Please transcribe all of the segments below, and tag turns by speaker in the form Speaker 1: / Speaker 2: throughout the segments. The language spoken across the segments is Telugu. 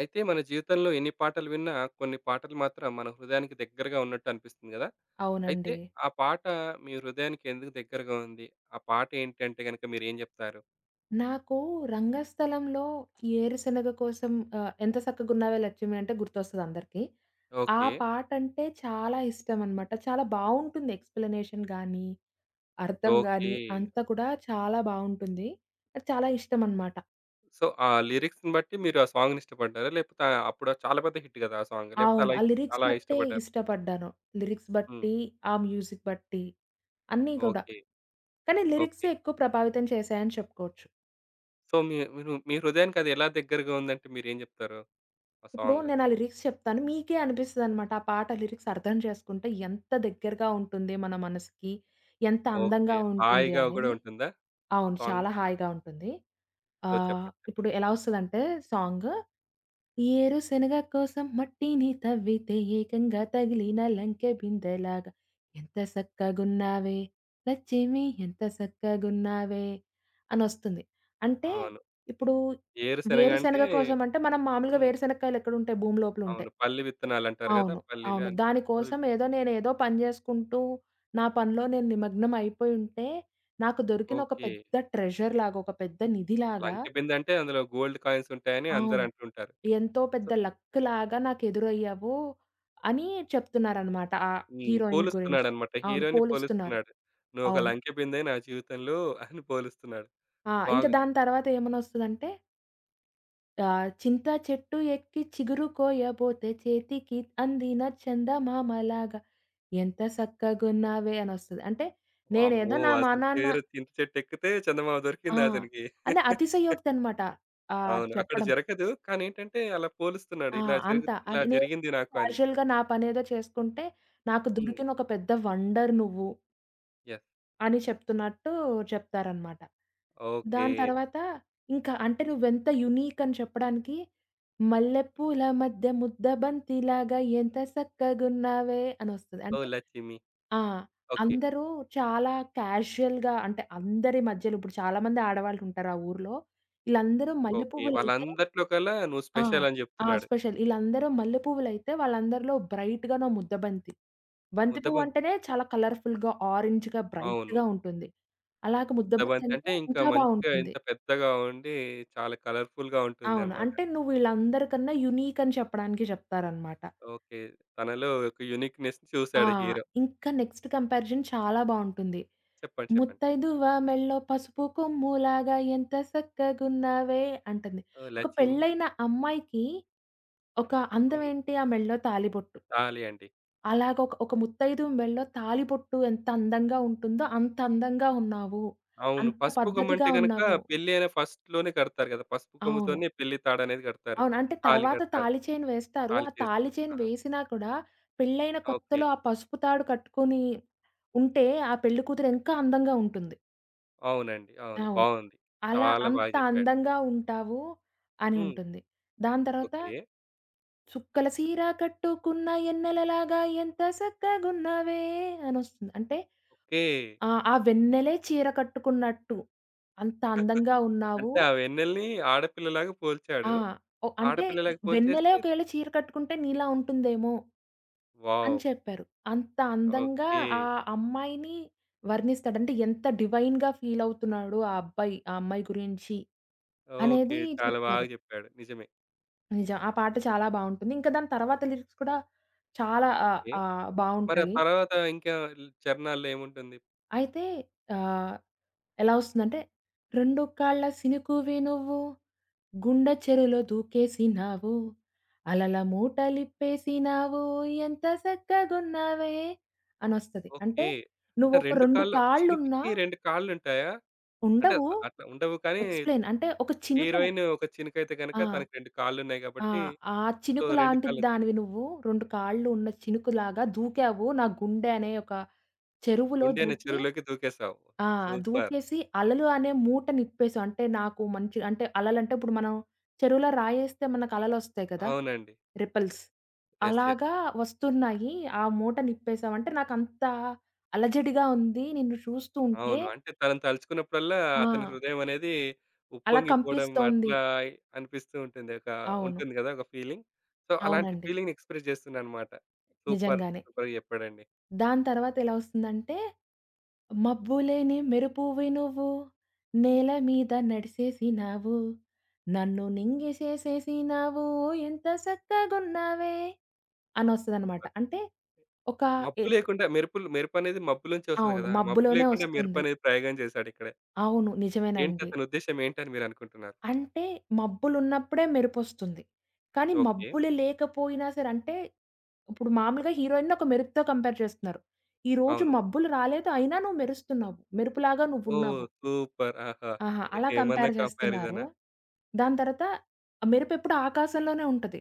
Speaker 1: అయితే మన జీవితంలో ఎన్ని పాటలు విన్నా కొన్ని పాటలు మాత్రం మన హృదయానికి దగ్గరగా ఉన్నట్టు అనిపిస్తుంది కదా! అయితే
Speaker 2: అవునండి.
Speaker 1: ఆ పాట మీ హృదయానికి ఎందుకు దగ్గరగా ఉంది? ఆ పాట ఏంటంటే గనక మీరేం జెప్తారు?
Speaker 2: నాకు రంగస్థలంలో ఈ ఏరుశనగ కోసం 'ఎంత సక్కగున్నావే లక్ష్మి' అంటే గుర్తొస్తదందరికీ. ఆ
Speaker 1: ఓకే.
Speaker 2: పాటంటే చాలా ఇష్టమనమాట. చాలా బావుంటుంది ఎక్స్‌ప్లనేషన్ గానీ, అర్థం
Speaker 1: ఓకే.
Speaker 2: గానీ అంతా కూడా చాలా బావుంటుంది. నాకు చాలా ఇష్టమనమాట.
Speaker 1: ఆ లిరిక్స్‌ని బట్టి మీరు ఆ సాంగ్‌ని ఇష్టపడ్డారా? లేపోతే అప్పుడు చాలా పెద్ద హిట్ గదా! ఆ సాంగ్.
Speaker 2: అవును. ఆ లిరిక్స్
Speaker 1: అలా
Speaker 2: బట్టే
Speaker 1: ఇష్టపడ్డారా?
Speaker 2: ఇష్టపడ్డాను. లిరిక్స్
Speaker 1: హ్మ్.
Speaker 2: బట్టి, ఆ మ్యూజిక్ బట్టి అన్నీ గూడా.
Speaker 1: ఓకే.
Speaker 2: కానీ
Speaker 1: ఓకే.
Speaker 2: లిరిక్సే ఎక్కువ ప్రభావితం చేశాయని చెప్పుకోవచ్చు.
Speaker 1: సో, మీరు మీ హృదయానికి అది ఎలా దగ్గరగా ఉందంటే మీరేం జెప్తారు? ఆ
Speaker 2: ఇప్పుడు
Speaker 1: సాంగ్.
Speaker 2: నేనా లిరిక్స్ చెప్తాను. మీకే అనిపిస్తదనమాట. ఆ పాట లిరిక్స్ అర్థం చేసుకుంటే ఎంత దగ్గరగా ఉంటుంది మన మనసుకి, ఎంత
Speaker 1: ఓకే.
Speaker 2: అందంగా ఉంటుంది
Speaker 1: హాయిగా గూడా
Speaker 2: అనేది.
Speaker 1: ఉంటుందా
Speaker 2: అవును.
Speaker 1: సాంగ్?
Speaker 2: చాలా హాయిగా ఉంటుంది.
Speaker 1: సో, చెప్పండి.
Speaker 2: ఇప్పుడు
Speaker 1: చెప్పండి.
Speaker 2: ఎలా వస్తదంటే సాంగు ఏరుశనగ కోసం మట్టిని తవ్వితే ఏకంగా తగిలిన లంకె బిందెలాగా ఎంత సక్కగున్నావే లచ్చేమి ఎంత సక్కగున్నావే అనొస్తుంది. అంటే
Speaker 1: అవును.
Speaker 2: ఇప్పుడు
Speaker 1: ఏరుశెనగ అంటే
Speaker 2: వేరుశనగ కోసం అంటే మనం మామూలుగా
Speaker 1: హ్మ్.
Speaker 2: వేరుశనక్కాయలు ఎక్కడుంటాయి భూమి
Speaker 1: అవును.
Speaker 2: లోపలుంటాయి.
Speaker 1: పల్లి విత్తనాలంటారు గదా!
Speaker 2: అవును.
Speaker 1: పల్లీలు
Speaker 2: అవును.
Speaker 1: అంటే అవి
Speaker 2: దానికోసం ఏదో నేనేదో పని జేసుకుంటూ, నా పనిలో నేను నిమగ్నం అయిపోయుంటే, నాకు దొరికిన ఒక
Speaker 1: ఓకే.
Speaker 2: పెద్ద ట్రెజర్ లాగా, ఒక పెద్ద నిధిలాగా
Speaker 1: లంక బిందంటే అందులో గోల్డ్ కాయిన్స్ ఉంటాయని అందరూ
Speaker 2: అవును.
Speaker 1: అంటుంటారు.
Speaker 2: ఎంతో
Speaker 1: సో,
Speaker 2: పెద్ద లక్ లాగా నాకెదురయ్యావు అని చెప్తున్నారనమాట. ఆ
Speaker 1: హ్మ్.
Speaker 2: హీరోయిన్ గురించి.
Speaker 1: పోలుస్తున్నాడన్నమాట.
Speaker 2: అవును.
Speaker 1: హీరోని
Speaker 2: పోలుస్తున్నారు.
Speaker 1: పోలుస్తున్నాడు. "నువ్వొక
Speaker 2: అవును.
Speaker 1: లంకె బిందె నా జీవితంలో" అని పోలుస్తున్నాడు.
Speaker 2: ఆ! ఇంక
Speaker 1: బాగుంది.
Speaker 2: దాని తర్వాతేమనొస్తదంటే ఆ! 'చింతా చెట్టు ఎక్కి చిగురు కోయబోతే చేతికి అందిన చందమామలాగా ఎంత సక్కగున్నావే' అనొస్తది. అంటే
Speaker 1: వామ్మో!
Speaker 2: నేనేదో నా మా
Speaker 1: అసలు
Speaker 2: నాన్న
Speaker 1: చేరు చింత చెట్టెక్కితే చందమామ
Speaker 2: ఆ!
Speaker 1: దొరికింది అతనికి.
Speaker 2: అదే అతిశయోక్తనమాట.
Speaker 1: అవును. అక్కడ
Speaker 2: చెప్పడం.
Speaker 1: జరగదు. కానీ ఏంటంటే అలా పోలుస్తున్నాడు.
Speaker 2: ఆ! అంత.
Speaker 1: ఇలా
Speaker 2: అది నేను
Speaker 1: జరిగింది నాకు అని.
Speaker 2: క్యాజుయల్‌గా నా పనేదో చేసుకుంటే నాకు
Speaker 1: హ్మ్.
Speaker 2: దొరికిన ఒక పెద్ద వండర్ నువ్వు.
Speaker 1: యెస్.
Speaker 2: అని చెప్తున్నట్టు చెప్తారనమాట.
Speaker 1: ఓకే.
Speaker 2: దాని తర్వాత ఇంకా అంటే నువ్వెంత యూనిక్ అని చెప్పడానికి మల్లెపూల మధ్య ముద్ద బంతిలాగా ఎంత సక్కగున్నావే అనొస్తది.
Speaker 1: ఓహ్!
Speaker 2: అంటే
Speaker 1: లచ్చిమి.
Speaker 2: ఆ!
Speaker 1: ఓకే.
Speaker 2: అందరూ చాలా క్యాజుయల్‌గా అంటే అందరి మధ్యలో ఇప్పుడు చాలామంది ఆడవాళ్ళుంటారు ఆ ఊర్లో. ఈళ్ళందరూ మల్లె
Speaker 1: ఓకే.
Speaker 2: పువ్వులైతే
Speaker 1: వాళ్ళందట్లో కల్లా నువ్వు
Speaker 2: ఆ!
Speaker 1: స్పెషల్ అని
Speaker 2: ఆ!
Speaker 1: జెప్తున్నాడు.
Speaker 2: స్పెషల్. ఈళ్ళందరూ మల్లె పువ్వులైతే వాళ్ళందరిలో బ్రైట్‌గానో ముద్ద బంతి. బంతి పువ్వు
Speaker 1: ముద్దబంతి.
Speaker 2: అంటేనే చాలా కలర్‌ఫుల్‌గా, ఆరెంజ్‌గా,
Speaker 1: అవును.
Speaker 2: బ్రైట్‌గా ఉంటుంది. అలాగే ముద్ద బంతి
Speaker 1: ముద్దబంతి అంటే
Speaker 2: అంటే
Speaker 1: ఇంకా
Speaker 2: ఇంకా
Speaker 1: మంచిగా
Speaker 2: బావుంటుంది.
Speaker 1: ఇంత పెద్దగా ఉండి చాలా కలర్‌ఫుల్‌గా
Speaker 2: అవును.
Speaker 1: ఉంటుందనమాట.
Speaker 2: అంటే నువ్వు వీళ్ళందరికన్నా యూనిక్ అని చెప్పడానికి చెప్తారనమాట.
Speaker 1: ఓకే. తనలో ఒక యూనిక్‌నెస్‌ని
Speaker 2: ఆ!
Speaker 1: చూసాడు హీరో.
Speaker 2: ఇంకా నెక్స్ట్ కంపారిజన్ చాలా బావుంటుంది.
Speaker 1: చెప్పండి. చెప్పండి.
Speaker 2: "ముత్తైదువ మెల్లో పసుపు కొమ్ములాగా ఎంత సక్కగున్నావే" అంటుంది.
Speaker 1: ఓహ్!
Speaker 2: ఒక
Speaker 1: లచ్చిమి.
Speaker 2: పెళ్ళైన అమ్మాయికి ఒక అందం
Speaker 1: అవును.
Speaker 2: ఏంటి? ఆ మెడలో తాళిబొట్టు.
Speaker 1: తాళి అండి.
Speaker 2: అలాగ ఒక ఒక ముత్తైదువు మెడలో తాళిబొట్టు ఎంత అందంగా ఉంటుందో అంత అందంగా ఉన్నావు.
Speaker 1: అవును.
Speaker 2: అంత
Speaker 1: పసుపు గుమ్మ
Speaker 2: పద్ధతిగా
Speaker 1: అంటే గనక
Speaker 2: ఉన్నావు.
Speaker 1: పెళ్లి అయిన ఫస్ట్‌లోనే కడతారు గదా! పసుపు
Speaker 2: అవును.
Speaker 1: కొమ్ముతోనే పెళ్లి తాడనేది కడతారు.
Speaker 2: అవును. అంటే
Speaker 1: తాళి
Speaker 2: తర్వాత
Speaker 1: కడతారు.
Speaker 2: తాళి చైను వేస్తారు.
Speaker 1: తాళి
Speaker 2: ఆ
Speaker 1: చేస్కో
Speaker 2: తాళి చైను
Speaker 1: ఆ!
Speaker 2: వేసినా కూడా పెళ్లైన
Speaker 1: ఓకే.
Speaker 2: కొత్తలో ఆ పసుపు తాడు కట్టుకొని ఉంటే ఆ పెళ్లి కూతురు ఇంకా అందంగా ఉంటుంది.
Speaker 1: అవునండి. అవును.
Speaker 2: అవును.
Speaker 1: బావుంది.
Speaker 2: అలా
Speaker 1: చాలా
Speaker 2: అంత
Speaker 1: బాగా జెప్పాడు.
Speaker 2: అందంగా ఉంటావు అని
Speaker 1: హ్మ్.
Speaker 2: ఉంటుంది. దాని తర్వాత
Speaker 1: ఓకే.
Speaker 2: చుక్కల సీర కట్టుకున్న ఎన్నెలలాగా ఎంత సక్కగున్నావే అనొస్తుంది. అంటే
Speaker 1: ఓకే.
Speaker 2: ఆ! ఆ వెన్నెలే చీర కట్టుకున్నట్టు. అంత అందంగా ఉన్నావు.
Speaker 1: అంటే ఆ వెన్నెలని ఆడపిల్లలాగా
Speaker 2: ఆ!
Speaker 1: పోల్చాడు.
Speaker 2: ఒ అంటే
Speaker 1: ఆడపిల్లలాగా
Speaker 2: వెన్నెలే
Speaker 1: పోల్చేసి
Speaker 2: ఒకవేళ చీర కట్టుకుంటే నీలా ఉంటుందేమో అని
Speaker 1: వావ్!
Speaker 2: చెప్పారు. అంత అందంగా
Speaker 1: ఓకే.
Speaker 2: ఆ అమ్మాయిని వర్ణిస్తాడు. అంటే ఎంత డివైన్‌గా ఫీల్ అవుతున్నాడు ఆ అబ్బాయి, ఆ అమ్మాయి గురించి
Speaker 1: ఓకే.
Speaker 2: అనేది
Speaker 1: చాలా బాగా
Speaker 2: చెప్పారు.
Speaker 1: చెప్పాడు. నిజమే.
Speaker 2: నిజం. ఆ పాట చాలా బావుంటుంది. ఇంకా దాని తర్వాత లిరిక్స్ కూడా చాలా ఆహ్,
Speaker 1: ఓకే.
Speaker 2: ఆహ్,
Speaker 1: మరి ఆ
Speaker 2: బావుంటాయి.
Speaker 1: తర్వాత ఇంకా చరణాల్లో ఏముంటుంది?
Speaker 2: అయితే ఆహ్, ఎలా వస్తుందంటే, 2 కాళ్ళ సినుకువి నువ్వు గుండె చెరులో దూకేసినావు, అలల మూటలిప్పేసినావు ఎంత సక్కగున్నావే అనొస్తది. అంటే
Speaker 1: ఓకే. అంటే
Speaker 2: నువ్వొక
Speaker 1: 2
Speaker 2: 2
Speaker 1: కాళ్ళు ఒక
Speaker 2: కాళ్ళున్నా
Speaker 1: చినికికి 2 కాళ్ళుంటాయా? అంటే
Speaker 2: ఉండవు.
Speaker 1: అట్లా ఉండవు కానీ
Speaker 2: ఎక్స్‌ప్లెయిన్ అంటే ఒక చినుకు
Speaker 1: హీరోయిన్ ఒక చినుకైతే
Speaker 2: ఆ!
Speaker 1: గనక తనకి 2 కాళ్ళున్నాయి
Speaker 2: ఆ!
Speaker 1: కాబట్టి
Speaker 2: ఆ
Speaker 1: సో
Speaker 2: చినుకు
Speaker 1: 2
Speaker 2: లాంటి
Speaker 1: కాళ్ళ చినుకు.
Speaker 2: దానివి నువ్వు 2 కాళ్ళు ఉన్న చినుకులాగా దూకావు. నా గుండె అనే ఒక చెరువులో
Speaker 1: గుండె అనే
Speaker 2: దూకి
Speaker 1: చెరువులోకి దూకేసావు.
Speaker 2: ఆ!
Speaker 1: సూపర్.
Speaker 2: దూకేసి అలలు అనే మూట నిప్పేసాం. అంటే నాకు మంచి అంటే అలలంటే ఇప్పుడు మనం చెరువులో రాయేస్తే మనకు అలలొస్తాయి కదా!
Speaker 1: అవునండి.
Speaker 2: రిపెల్స్.
Speaker 1: యెస్. యెస్.
Speaker 2: అలాగా వస్తున్నాయి. ఆ మూట నిప్పేసాం. అంటే నాకంత అలజడిగా ఉంది. నిన్ను చూస్తూ ఉంటే
Speaker 1: అవును. అంటే తనని తలుచుకున్నప్పుడల్లా అతని
Speaker 2: ఆ!
Speaker 1: హృదయం అనేది
Speaker 2: అలా
Speaker 1: ఉప్పొంగిపోవడం
Speaker 2: కంపిస్తోంది.
Speaker 1: అట్లా అనిపిస్తూ ఉంటుంది. ఒక
Speaker 2: అవును.
Speaker 1: ఉంటుంది గదా! ఒక ఫీలింగ్. సో, అలాంటి
Speaker 2: అవునండి.
Speaker 1: ఫీలింగ్‌ని ఎక్స్‌ప్రెస్ చేస్తుందనమాట. సూపర్!
Speaker 2: నిజంగానే.
Speaker 1: సూపర్‌గా చెప్పాడండి.
Speaker 2: దాని తర్వాత ఎలా వస్తుందంటే మబ్బులేని మెరుపువి నువ్వు నేల మీద నడిసేసినావు నన్ను నింగిసేసేసినావు ఎంత చక్కగున్నావే అని వస్తదనమాట.
Speaker 1: సూపర్!
Speaker 2: అంటే ఒక
Speaker 1: మబ్బు
Speaker 2: ఎత్
Speaker 1: లేకుండా మెరుపులు మెరుపనేది మబ్బు నుంచి వస్తది
Speaker 2: అవును.
Speaker 1: గదా! మబ్బు
Speaker 2: మబ్బులోనే
Speaker 1: లేకుండా
Speaker 2: వస్తుంది.
Speaker 1: మెరుపనేది ప్రయోగం చేశాడిక్కడ.
Speaker 2: అవును.
Speaker 1: ఏంటి
Speaker 2: నిజమేనండి.
Speaker 1: అతని ఉద్దేశ్యం ఏంటని మీరనుకుంటున్నారు?
Speaker 2: అంటే మబ్బులున్నప్పుడే మెరుపొస్తుంది. కానీ
Speaker 1: ఓకే.
Speaker 2: మబ్బులు లేకపోయినా సరే అంటే ఇప్పుడు మామూలుగా హీరోయిన్‌ని ఒక మెరుపుతో కంపేర్ చేస్తున్నారు. ఈరోజు
Speaker 1: అవును.
Speaker 2: మబ్బులు రాలేదు అయినా నువ్వు మెరుస్తున్నావు. మెరుపులాగా
Speaker 1: ఓహ్!
Speaker 2: నువ్వున్నావు.
Speaker 1: సూపర్! ఆహా!
Speaker 2: ఆహా!
Speaker 1: ఏ
Speaker 2: అలా
Speaker 1: ఏమన్నా
Speaker 2: కంపేర్ జేస్తున్నారు.
Speaker 1: కంపారిజనా?
Speaker 2: దాని తర్వాత ఆ మెరుపెప్పుడు ఆకాశంలోనే ఉంటది.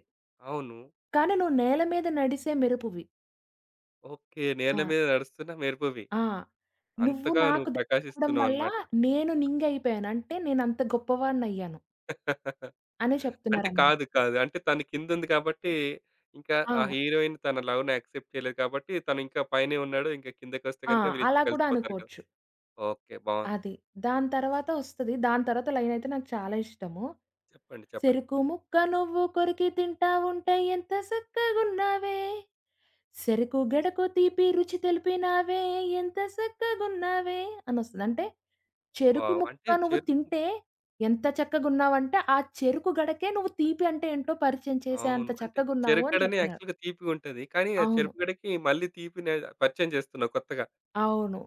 Speaker 1: అవును.
Speaker 2: కానీ నువ్వు నేల మీద నడిసే మెరుపువి.
Speaker 1: ఓకే. నేల
Speaker 2: ఆ!
Speaker 1: మీద నడుస్తున్న మెరుపువి.
Speaker 2: ఆ! నువ్వు
Speaker 1: అంతగా నువ్వు
Speaker 2: నాకు దక్కడం వల్ల
Speaker 1: ప్రకాశిస్తున్నావనమాట.
Speaker 2: నేను నింగయిపోయాను. అంటే నేనంత గొప్పవాడినయ్యాను అని
Speaker 1: అంటే
Speaker 2: చెప్తున్నారనమాట.
Speaker 1: కాదు. కాదు. అంటే తను కిందుంది కాబట్టి, ఇంకా
Speaker 2: ఆ!
Speaker 1: ఆ హీరోయిన్ తన లవ్‌ని యాక్సెప్ట్ చేయలేదు కాబట్టి, తను ఇంకా పైనే ఉన్నాడు. ఇంకా కిందకొస్తే
Speaker 2: ఆ!
Speaker 1: గనుక వీళ్ళిద్దరూ
Speaker 2: అలా కూడా
Speaker 1: కలిసిపోతారు కదా!
Speaker 2: అనుకోవచ్చు.
Speaker 1: ఓకే. బావుంది.
Speaker 2: అది. దాని తర్వాత ఒస్తది. దాని తర్వాత లైనయితే నాకు చాలా ఇష్టము.
Speaker 1: చెప్పండి. చెప్పండి.
Speaker 2: "చెరుకు ముక్క నువ్వు కొరికి తింటా ఉంటే ఎంత సక్కగున్నావే." సెరుకు గడకు తీపి రుచి తెలిపినావే ఎంత సక్కగున్నావే అనొస్తది. అంటే చెరుకు
Speaker 1: వావ్! అంటే
Speaker 2: ముక్క నువ్వు
Speaker 1: చెరుకు
Speaker 2: తింటే ఎంత చక్కగున్నావంటే, ఆ చెరుకు గడకే నువ్వు తీపి అంటే ఏంటో పరిచయం చేసే అంత
Speaker 1: అవును. అంటే
Speaker 2: చక్కగున్నావు అని
Speaker 1: చెరుకడనే
Speaker 2: చెప్తున్నారు.
Speaker 1: యాక్చువల్‌గా తీపిగుంటది. కానీ ఆ
Speaker 2: అవును.
Speaker 1: చెరుకుగడకి మళ్ళీ తీపిని పరిచయం చేస్తున్నావు కొత్తగా.
Speaker 2: అవును.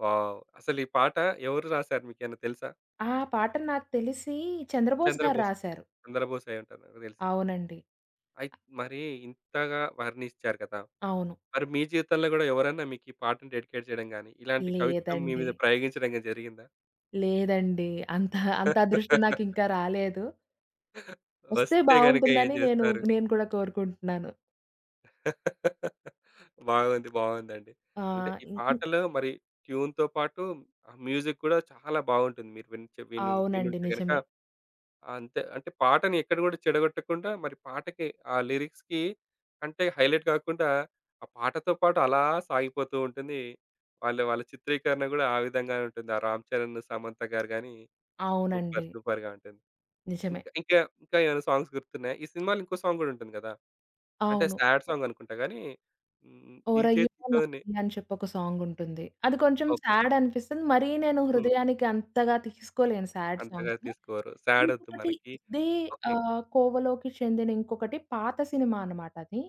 Speaker 1: వావ్! అసలు ఈ పాట ఎవరు రాసారు మీకేమైనా తెలుసా?
Speaker 2: ఆ పాట నాకు తెలిసి 'చంద్రబోస్' గారు
Speaker 1: చంద్రబోస్.
Speaker 2: రాశారు.
Speaker 1: చంద్రబోస్ అయ్యుంటారు నాకు తెలిసి.
Speaker 2: అవునండి.
Speaker 1: అయి మరి ఇంతగా వర్ణించారు కదా!
Speaker 2: అవును.
Speaker 1: మరి మీ జీవితంలో గూడా ఎవరన్నా మీకు ఈ పాటను డెడికేట్ చేయడం గాని, ఇలాంటి కవిత్వం మీ
Speaker 2: లేదండి.
Speaker 1: మీద ప్రయోగించడం గాని జరిగిందా?
Speaker 2: లేదండి. అంత అంత అదృష్టం నాకింకా రాలేదు. వస్తే
Speaker 1: వస్తే గనుక ఏం
Speaker 2: బావుంటుందని నేను
Speaker 1: జేస్తారు?
Speaker 2: నేను కూడా కోరుకుంటున్నాను.
Speaker 1: బాగుంది. బాగుందండి.
Speaker 2: ఆ!
Speaker 1: అంటే ఈ
Speaker 2: ఇ ఇ
Speaker 1: పాటలో మరి ట్యూన్‌తో పాటు ఆ మ్యూజిక్ గూడా చాలా బాగుంటుంది. మీరు విని చె విను
Speaker 2: అవునండి.
Speaker 1: వినుంటే గనక
Speaker 2: నిజమే.
Speaker 1: అంతే. అంటే పాటని ఎక్కడ గూడా చెడగొట్టకుండా మరి పాటకి ఆ లిరిక్స్‌కి అంటే హైలైట్ గాకుండా ఆ పాటతో పాటు అలా సాగిపోతూ ఉంటుంది. వాళ్ళ వాళ్ళ చిత్రీకరణ గూడా ఆ విధంగానే ఉంటుంది. ఆ 'రామ్ చరణ్', 'సమంత' గారు గాని
Speaker 2: అవునండి.
Speaker 1: సూపర్‌గా ఉంటుంది.
Speaker 2: నిజమే.
Speaker 1: ఇంకా ఇంకా ఇంకా ఏమైనా సాంగ్స్ గుర్తున్నాయా? ఈ సినిమాలో ఇంకో సాంగ్ గూడా ఉంటుంది గదా! అంటే
Speaker 2: అవును.
Speaker 1: సాడ్ సాంగ్ అనుకుంటా గానీ హ్మ్. ఈ
Speaker 2: ఓరయ్యో
Speaker 1: చేతితోనే
Speaker 2: నాయ్యో అని చెప్పి ఒక సాంగుంటుంది. అది కొంచెం
Speaker 1: ఓకే.
Speaker 2: సాడ్ అనిపిస్తుంది. మరీ నేను
Speaker 1: హ్మ్.
Speaker 2: హృదయానికి అంతగా తీసుకోలేను సాడ్
Speaker 1: అంతగా
Speaker 2: సాంగ్స్.
Speaker 1: తీసుకోరు. సాడ్ ఒద్దు
Speaker 2: ఇంకొకటి
Speaker 1: మనకి.
Speaker 2: ఇదే
Speaker 1: ఓకే.
Speaker 2: కోవలోకి చెందిన ఇంకొకటి పాత సినిమా అనమాట అది.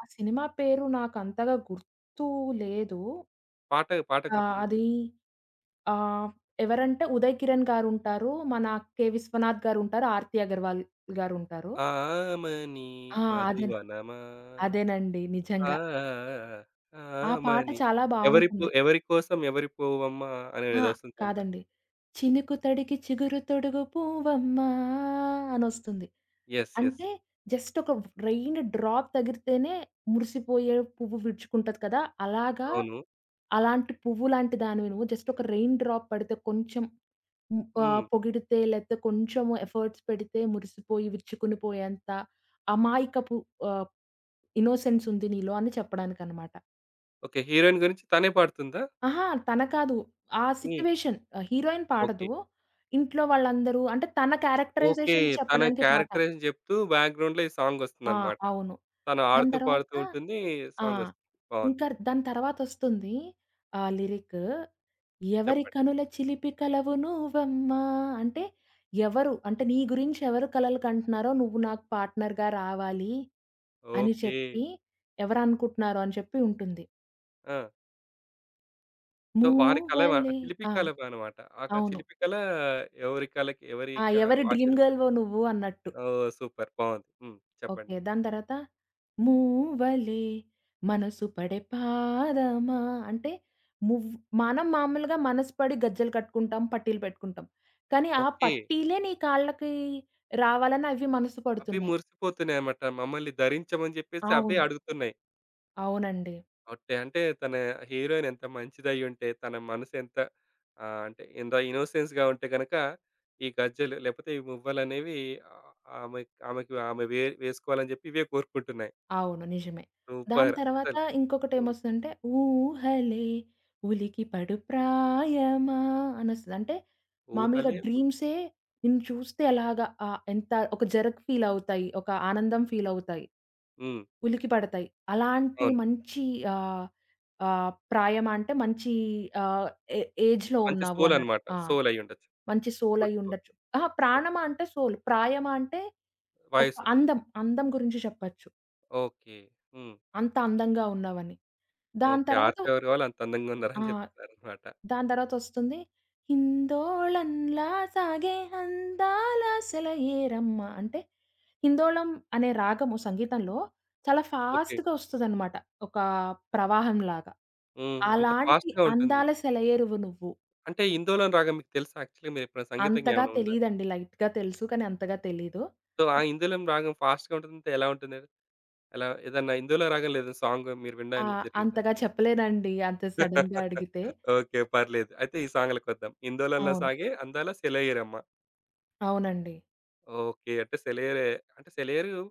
Speaker 2: ఆ సినిమా పేరు నాకంతగా గుర్తు లేదు.
Speaker 1: పాట పాట గుర్తుందా?
Speaker 2: అది ఆహ్, ఎవరంటే ఉదయ్ కిరణ్ గారుంటారు. మన 'కె. విశ్వనాథ్' గారుంటారు. 'ఆర్తి అగర్వాల్' గారుంటారు.
Speaker 1: ఆమని
Speaker 2: ఆ! అదేనండి.
Speaker 1: మధువనమా
Speaker 2: అదేనండి. నిజంగా.
Speaker 1: ఆ!
Speaker 2: ఆ పాట
Speaker 1: ఆమని.
Speaker 2: చాలా
Speaker 1: ఎవరి పో
Speaker 2: బావుంటుంది.
Speaker 1: ఎవరి కోసం ఎవరి పోవమ్మా
Speaker 2: అహా!
Speaker 1: అనేదొస్తుంది సాంగ్.
Speaker 2: కాదండి. చినుకు తడికి చిగురు తొడుగు పూవమ్మా అనొస్తుంది.
Speaker 1: యెస్. యెస్.
Speaker 2: అంటే జస్ట్ ఒక రెయిన్ డ్రాప్ తగిలితేనే మురిసిపోయే పువ్వు విరుచుకుంటది కదా! అలాగా
Speaker 1: అవును.
Speaker 2: అలాంటి పువ్వు లాంటి దానివి నువ్వు. జస్ట్ ఒక రెయిన్ డ్రాప్ పడితే కొంచెం
Speaker 1: హ్మ్.
Speaker 2: పొగిడితే లేతే కొంచెం ఎఫర్ట్స్ పెడితే మురిసిపోయి విరుచుకుని పోయేంత అమాయకపు ఆహ్, ఇన్నోసెన్స్ ఉంది నీలో అని చెప్పడానికనమాట.
Speaker 1: ఓకే. హీరోయిన్ గురించి తనే పాడుతుందా?
Speaker 2: అహా! తన కాదు. ఆ
Speaker 1: హ్మ్.
Speaker 2: Situation heroine
Speaker 1: okay.
Speaker 2: పాడదు. ఇంట్లో వాళ్ళందరూ అంటే తన
Speaker 1: ఓకే.
Speaker 2: క్యారెక్టరైజేషన్
Speaker 1: తన
Speaker 2: చెప్పడానికి పాట.
Speaker 1: క్యారెక్టరైజేషన్ చెప్తూ బ్యాక్‌గ్రౌండ్‌లో ఈ
Speaker 2: ఆ!
Speaker 1: సాంగొస్తుందన్నమాట.
Speaker 2: అవును.
Speaker 1: తను
Speaker 2: దాని
Speaker 1: ఆడుతూ
Speaker 2: తర్వాత
Speaker 1: పాడుతూ ఉంటుంది.
Speaker 2: ఆ!
Speaker 1: సాంగొస్తుంది. బావుంది.
Speaker 2: ఇంకా దాని తర్వాతొస్తుంది లిరిక్ ఎవరి
Speaker 1: చెప్పండి.
Speaker 2: కనుల చిలిపి కలవు నువ్వమ్మా అంటే ఎవరు అంటే నీ గురించి ఎవరు కలలు కంటున్నారో నువ్వు నాకు పార్ట్నర్‌గా రావాలి అని
Speaker 1: ఓకే.
Speaker 2: చెప్పి ఎవరనుకుంటున్నారో అని చెప్పి ఉంటుంది.
Speaker 1: ఆ! సో, వారి కల వ
Speaker 2: మూవలే
Speaker 1: చిలిపి
Speaker 2: ఆ!
Speaker 1: కల అనమాట. ఆక
Speaker 2: అవును.
Speaker 1: చిలిపి కల ఎవరి కలకి ఎవరి
Speaker 2: ఆ!
Speaker 1: క
Speaker 2: ఎవరి డ్రీమ్
Speaker 1: వాచిలి
Speaker 2: గర్ల్‌వో నువ్వు అన్నట్టు.
Speaker 1: ఓహ్! సూపర్ బావుంది. హ్మ్. చెప్పండి
Speaker 2: ఓకే.
Speaker 1: ఇంకా.
Speaker 2: దాని తర్వాత మూవలే మనసు పడే పాదమా అంటే మువ్ మనం మామూలుగా మనసు పడి గజ్జెలు కట్టుకుంటాం, పట్టీలు పెట్టుకుంటాం. కానీ ఆ
Speaker 1: ఓకే.
Speaker 2: పట్టీలే నీ కాళ్ళకి రావాలని అవి మనసు
Speaker 1: అవి
Speaker 2: పడుతున్నాయి.
Speaker 1: మురిసిపోతున్నాయన్నమాట. మమ్మల్ని ధరించమని జెప్పేసి అవే
Speaker 2: అవును.
Speaker 1: అడుగుతున్నాయి.
Speaker 2: అవునండి.
Speaker 1: ఓటే అంటే తన హీరోయిన్ ఎంత మంచిదయ్యుంటే, తన మనసు ఎంత అంటే ఎంత ఇన్నోసెన్స్‌గా ఉంటే గనక, ఈ గజ్జెలు లేపోతే ఈ మువ్వలనేవి ఆహ్, ఆమె ఆమెకి ఆమె వే వేసుకోవాలని జెప్పి ఇవే కోరుకుంటున్నాయి.
Speaker 2: అవును. నిజమే. దాని
Speaker 1: సూపర్.
Speaker 2: తర్వాత
Speaker 1: అసలు హ్మ్.
Speaker 2: ఇంకొకటేమొస్తదంటే, ఊహలే ఉలికిపడు ప్రాయమా అనొస్తది. అంటే మామూలుగా
Speaker 1: ఊహలే ఉ
Speaker 2: డ్రీమ్సే నిన్ను చూస్తే అలాగా ఎంత ఒక జర్క్ ఫీలవుతాయి. ఒక ఆనందం ఫీలవుతాయి.
Speaker 1: హ్మ్.
Speaker 2: ఉలికిపడతాయి. అలాంటి
Speaker 1: అవును.
Speaker 2: మంచి ఆహ్, ఆహ్, ప్రాయమా అంటే మంచి ఆహ్, ఏ ఏజ్‌లో
Speaker 1: మంచి
Speaker 2: ఉన్నావు
Speaker 1: సోల్
Speaker 2: అన్నట్టు.
Speaker 1: అన్నమాట.
Speaker 2: ఆ!
Speaker 1: సోల్ అయ్యుండొచ్చు.
Speaker 2: మంచి
Speaker 1: గుడ్ సోల్.
Speaker 2: సోలయ్యుండొచ్చు. అహా!
Speaker 1: ఓకే.
Speaker 2: ప్రాణమా అంటే సోల్. ప్రాయమా అంటే ఒక
Speaker 1: వాయిసు.
Speaker 2: అందం. అందం గురించి చెప్పొచ్చు.
Speaker 1: ఓకే. హ్మ్.
Speaker 2: అంత అందంగా ఉన్నావని. దాని
Speaker 1: ఓకే.
Speaker 2: తర్వాత
Speaker 1: 'ఆర్తి' ఎవరు వాళ్ళు అంత అందంగా
Speaker 2: ఆ!
Speaker 1: ఉన్నారని చెప్తున్నారనమాట.
Speaker 2: దాని తర్వాతొస్తుంది, హిందోళంలా సాగే అందాలాసల ఏరమ్మ అంటే, హిందోళం అనే రాగము సంగీతంలో చాలా
Speaker 1: ఓకే.
Speaker 2: ఫాస్ట్‌గా ఒస్తదనమాట. ఒక ప్రవాహంలాగా.
Speaker 1: హ్మ్. అంత
Speaker 2: అలాంటి
Speaker 1: ఫాస్ట్‌గా ఉంటుంది.
Speaker 2: అందాల సెలయేరువు నువ్వు.
Speaker 1: అంటే ఇందోలం రాగం మీకు తెలుసా? యాక్చువల్‌గా మీరెప్పుడైనా సంగీతం
Speaker 2: అంతగా
Speaker 1: జ్ఞానం ఉందా?
Speaker 2: తెలీదండి. లైట్‌గా తెలుసు. కానీ అంతగా తెలీదు.
Speaker 1: సో, ఆ ఇందోలం రాగం ఫాస్ట్‌గా ఉంటుందంటే ఎలా ఉంటుంది? ఎలా ఏదన్నా ఇందోలం రాగంలో ఏదైనా సాంగ్ మీరు
Speaker 2: ఆ!
Speaker 1: వినడం జరిగిందా?
Speaker 2: అంతగా చెప్పలేనండి. అంత సడెన్‌గా అడిగితే.
Speaker 1: ఓకే. పర్లేదు. అయితే ఈ సాంగ్‌లకొద్దాం. 'ఇందోలంలో
Speaker 2: అవును.
Speaker 1: సాగే అందాల సెలయేరమ్మ.'
Speaker 2: అవునండి.
Speaker 1: ఓకే. అంటే సెలయేరే అంటే సెలయేరు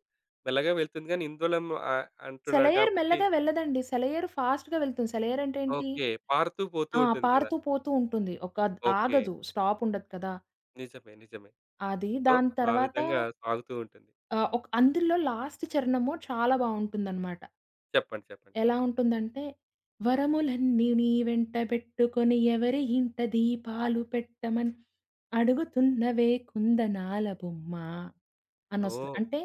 Speaker 1: మెల్లగా వెళ్తుంది గానీ, ఇందోలం అంటున్నాడు
Speaker 2: సెలయేరు
Speaker 1: కాబట్టి
Speaker 2: మెల్లగా వెళ్ళదండి. సెలయేరు ఫాస్ట్‌గా వెళ్తుంది. సెలయేరు అంటే ఏంటి?
Speaker 1: ఓకే. పారుతూ పోతూ
Speaker 2: ఆ!
Speaker 1: ఉంటుంది కదా!
Speaker 2: పారుతూ పోతూ ఉంటుంది. ఒక
Speaker 1: ఓకే.
Speaker 2: ఆగదు. స్టాప్ ఉండదు కదా!
Speaker 1: నిజమే. నిజమే.
Speaker 2: అది.
Speaker 1: సో,
Speaker 2: దాని
Speaker 1: ఆ
Speaker 2: తర్వాత
Speaker 1: విధంగా సాగుతూ ఉంటుంది.
Speaker 2: ఒక అందులో లాస్ట్ చరణము చాలా బావుంటుందనమాట.
Speaker 1: చెప్పండి. చెప్పండి.
Speaker 2: ఎలా ఉంటుందంటే, వరములన్నీ నీ వెంట బెట్టుకొని ఎవరి ఇంట దీపాలు పెట్టమని అడుగుతున్నవే కుందనాల బొమ్మ అనొస్తది.
Speaker 1: ఓహ్!
Speaker 2: అంటే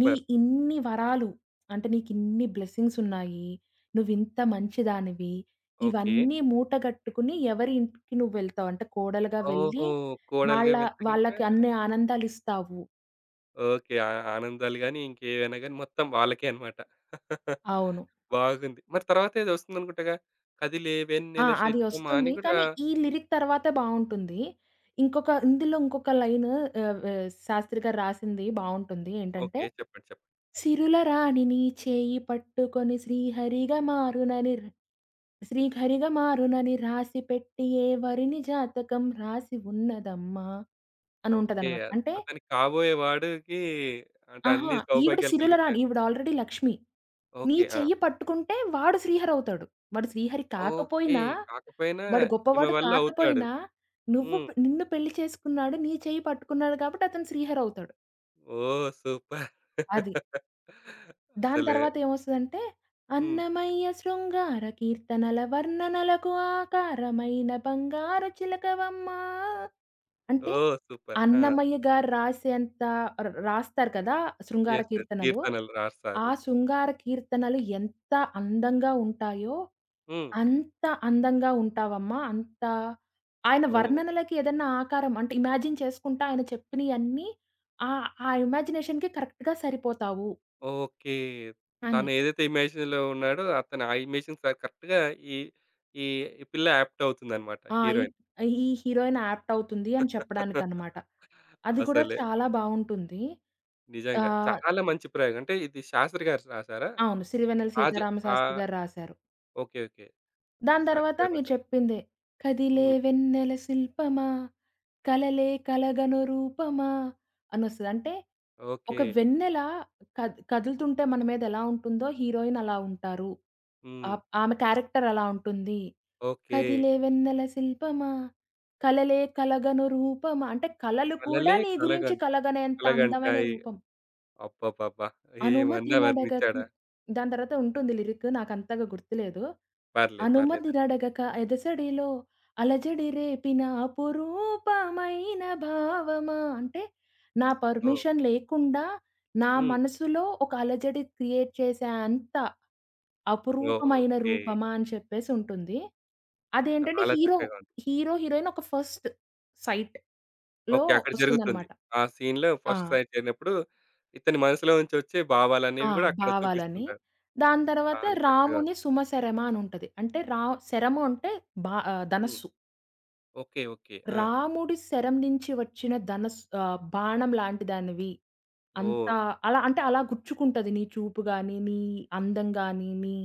Speaker 2: నీ ఇన్ని వరాలు అంటే నీకిన్ని బ్లెస్సింగ్స్ ఉన్నాయి. నువ్వింత మంచిదానివి.
Speaker 1: ఓకే.
Speaker 2: ఇవన్నీ మూటగట్టుకుని ఎవరి ఇంటికి నువ్వు వెళ్తావు. అంటే కోడలుగా
Speaker 1: ఓహో!
Speaker 2: వెళ్ళి
Speaker 1: కోడలుగా
Speaker 2: వాళ్ళ
Speaker 1: వెళ్తే గనుక
Speaker 2: వాళ్ళకి అన్ని ఆనందాలిస్తావు.
Speaker 1: ఓకే. ఆ ఆనందాలు గాని, ఇంకేవైనా గాని మొత్తం వాళ్ళకే అన్నమాట.
Speaker 2: అవును.
Speaker 1: బాగుంది. మరి తర్వాతేదో వస్తుందనుకుంటగా? కదిలే
Speaker 2: ఆ!
Speaker 1: వెన్నెల
Speaker 2: అది
Speaker 1: శిల్పమా అని
Speaker 2: ఒస్తుంది.
Speaker 1: గూడా
Speaker 2: కానీ, ఈ లిరిక్ తర్వాతే బావుంటుంది. ఇంకొక ఇందులో ఇంకొక లైను ఆహ్, ఆహ్, శాస్త్రి గారు రాసింది బావుంటుంది. ఏంటంటే,
Speaker 1: ఓకే. చెప్పండి. చెప్పండి.
Speaker 2: సిరుల రాణి నీ చేయి పట్టుకొని శ్రీహరిగా మారునని రాసిపెట్టి ఎవరిని జాతకం రాసి ఉన్నదమ్మా! అని
Speaker 1: ఓకే.
Speaker 2: ఉంటదనమాట. అంటే
Speaker 1: అతని కాబోయే వాడికి అంటే
Speaker 2: అహా!
Speaker 1: అన్ని
Speaker 2: ఈవిడ
Speaker 1: సౌభాగ్యాలు
Speaker 2: సిరుల
Speaker 1: కలుగుతాయి.
Speaker 2: రాణి. ఈవిడ ఆల్రెడీ లక్ష్మి. నీ
Speaker 1: ఓకే. ఆ!
Speaker 2: చెయ్యి పట్టుకుంటే వాడు శ్రీహరవుతాడు. వాడు శ్రీహరి
Speaker 1: ఓకే.
Speaker 2: కాకపోయినా
Speaker 1: కాకపోయినా
Speaker 2: వాడు
Speaker 1: ఈమె
Speaker 2: గొప్పవాడు
Speaker 1: వల్ల అవుతాడు.
Speaker 2: కాకపోయినా, నువ్వు
Speaker 1: హ్మ్.
Speaker 2: పె నిన్ను పెళ్లి చేసుకున్నాడు. నీ చెయ్యి పట్టుకున్నాడు కాబట్టి అతను శ్రీహరవుతాడు.
Speaker 1: ఓహ్! సూపర్.
Speaker 2: అది. దాని
Speaker 1: అసలు
Speaker 2: తర్వాత ఏమొస్తదంటే,
Speaker 1: హ్మ్.
Speaker 2: అన్నమయ్య శృంగార కీర్తనల వర్ణనలకు ఆకారమైన బంగారు చిలకవమ్మ. అంటే
Speaker 1: ఓహ్! సూపర్. ఆ!
Speaker 2: అన్నమయ్య గారు రాసేంత రాస్తారు కదా! శృంగార
Speaker 1: యెస్. యెస్.
Speaker 2: కీర్తనలు.
Speaker 1: కీర్తనలు
Speaker 2: ఆ
Speaker 1: రాస్తారు.
Speaker 2: శృంగార కీర్తనలు ఎంత అందంగా ఉంటాయో,
Speaker 1: హ్మ్.
Speaker 2: అంత అందంగా ఉంటావమ్మా. అంత ఆయన
Speaker 1: ఓహ్!
Speaker 2: వర్ణనలకి ఏదన్నా ఆకారం అంటే ఇమాజిన్ చేసుకుంటా ఆయన చెప్పినయన్నీ ఆ ఆ ఇమాజినేషన్‌కి కరెక్ట్‌గా సరిపోతావు
Speaker 1: ఓకే. తను
Speaker 2: అని.
Speaker 1: ఏదైతే ఇమేజిన్‌లో ఉన్నాడో అతను ఆ ఇమేజిన్ స కరెక్ట్‌గా ఈ ఈ ఈ పిల్ల యాప్ట్ అవుతుందన్నమాట
Speaker 2: ఆ! ఈ
Speaker 1: హీరోయిన్.
Speaker 2: ఈ హీరోయిన్ యాప్ట్ అవుతుంది అని చెప్పడానికనమాట. అది కూడా
Speaker 1: అసలే
Speaker 2: చాలా బావుంటుంది.
Speaker 1: నిజంగా.
Speaker 2: ఆహ్,
Speaker 1: చాలా మంచి ప్రయోగం. అంటే ఇది శాస్త్రి గారు రాసారా?
Speaker 2: అవును. సిరివెన్నెల
Speaker 1: రాజ
Speaker 2: సీతారామ శాస్త్రి
Speaker 1: ఆహ్,
Speaker 2: గారు రాశారు.
Speaker 1: ఓకే. ఓకే.
Speaker 2: దాని
Speaker 1: శాస్త్రి
Speaker 2: తర్వాత
Speaker 1: గారు
Speaker 2: మీరు
Speaker 1: రాసారు.
Speaker 2: చెప్పిందే. కదిలే
Speaker 1: హ్మ్.
Speaker 2: వెన్నెల శిల్పమా, కలలే కలగను రూపమా అనొస్తది. అంటే
Speaker 1: ఓకే.
Speaker 2: ఒక వెన్నెల కదులుతుంటే మన మీద ఎలా ఉంటుందో హీరోయిన్ అలా ఉంటారు.
Speaker 1: హ్మ్.
Speaker 2: ఆమె క్యారెక్టర్ అలా ఉంటుంది.
Speaker 1: ఓకే.
Speaker 2: కదిలే వెన్నెల శిల్పమా, కలలే కలగను రూపమా అంటే కలలు కూడా
Speaker 1: కలలే
Speaker 2: నీ గురించి
Speaker 1: కలగం
Speaker 2: కలగనేంత అందమైన
Speaker 1: కలగంటాయి.
Speaker 2: రూపం.
Speaker 1: అబ్బబ్బబ్బా! ఏమన్నా
Speaker 2: అనుమతినడగక
Speaker 1: వర్ణించాడా?
Speaker 2: దాని తర్వాత ఉంటుంది లిరిక్ నాకంతగా గుర్తులేదు.
Speaker 1: పర్లేదు. పర్లేదు.
Speaker 2: అనుమతినడగక ఎదసడిలో అలజడి రేపిన అపురూపమైన భావమా అంటే నా
Speaker 1: ఓహ్!
Speaker 2: పర్మిషన్ లేకుండా నా
Speaker 1: హ్మ్.
Speaker 2: మనసులో ఒక అలజడి క్రియేట్ చేసే అంత
Speaker 1: ఓహ్!
Speaker 2: అపురూపమైన
Speaker 1: ఓకే.
Speaker 2: రూపమా అని చెప్పేసి ఉంటుంది. అదేంటంటే
Speaker 1: చాలా
Speaker 2: హీరో,
Speaker 1: చక్కగా ఉంది.
Speaker 2: హీరోయిన్ ఒక ఫస్ట్ సైట్‌లో
Speaker 1: ఓకే. అక్కడ జరుగుతుంది.
Speaker 2: వస్తుందనమాట.
Speaker 1: ఆ సీన్‌లో
Speaker 2: ఆ!
Speaker 1: ఫస్ట్ సైట్ జరిగినప్పుడు ఇతని మనసులో నుంచి వచ్చే
Speaker 2: ఆ!
Speaker 1: భావాలనేవి గూడా అక్కడ
Speaker 2: భావాలని.
Speaker 1: చూపిస్తుంటాడు.
Speaker 2: దాని తర్వాత
Speaker 1: చాలా చక్కగా ఉంది.
Speaker 2: రాముని సుమ శరమ అని ఉంటది. అంటే శరము అంటే
Speaker 1: హ్మ్.
Speaker 2: ధనస్సు.
Speaker 1: ఓకే. ఓకే. ఆ!
Speaker 2: రాముడి శరం నుంచి వచ్చిన బాణం లాంటి దానివి. అంత
Speaker 1: ఓహ్!
Speaker 2: అలా అంటే అలా గుచ్చుకుంటది నీ చూపు గాని, నీ అందం గాని, నీ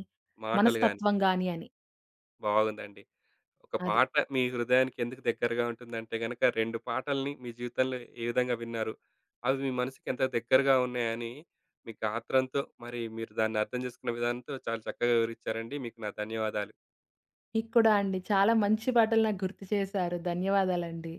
Speaker 1: మాటలు గాని
Speaker 2: మనస్తత్వం గాని అని.
Speaker 1: బాగుందండి. ఒక
Speaker 2: అది.
Speaker 1: పాట మీ హృదయానికి ఎందుకు దగ్గరగా ఉంటుందంటే గనక 2 పాటల్ని మీ జీవితంలో ఏ విధంగా విన్నారు? అవి మీ మనసుకి ఎంత దగ్గరగా ఉన్నాయని మీ గాత్రంతో మరి మీరు దాన్ని అర్థం చేసుకున్న విధానంతో చాలా చక్కగా వివరిచ్చారండి. మీకు నా ధన్యవాదాలు.
Speaker 2: మీకు కూడా అండి. చాలా మంచి పాటలు నాకు గుర్తు చేశారు. ధన్యవాదాలండి.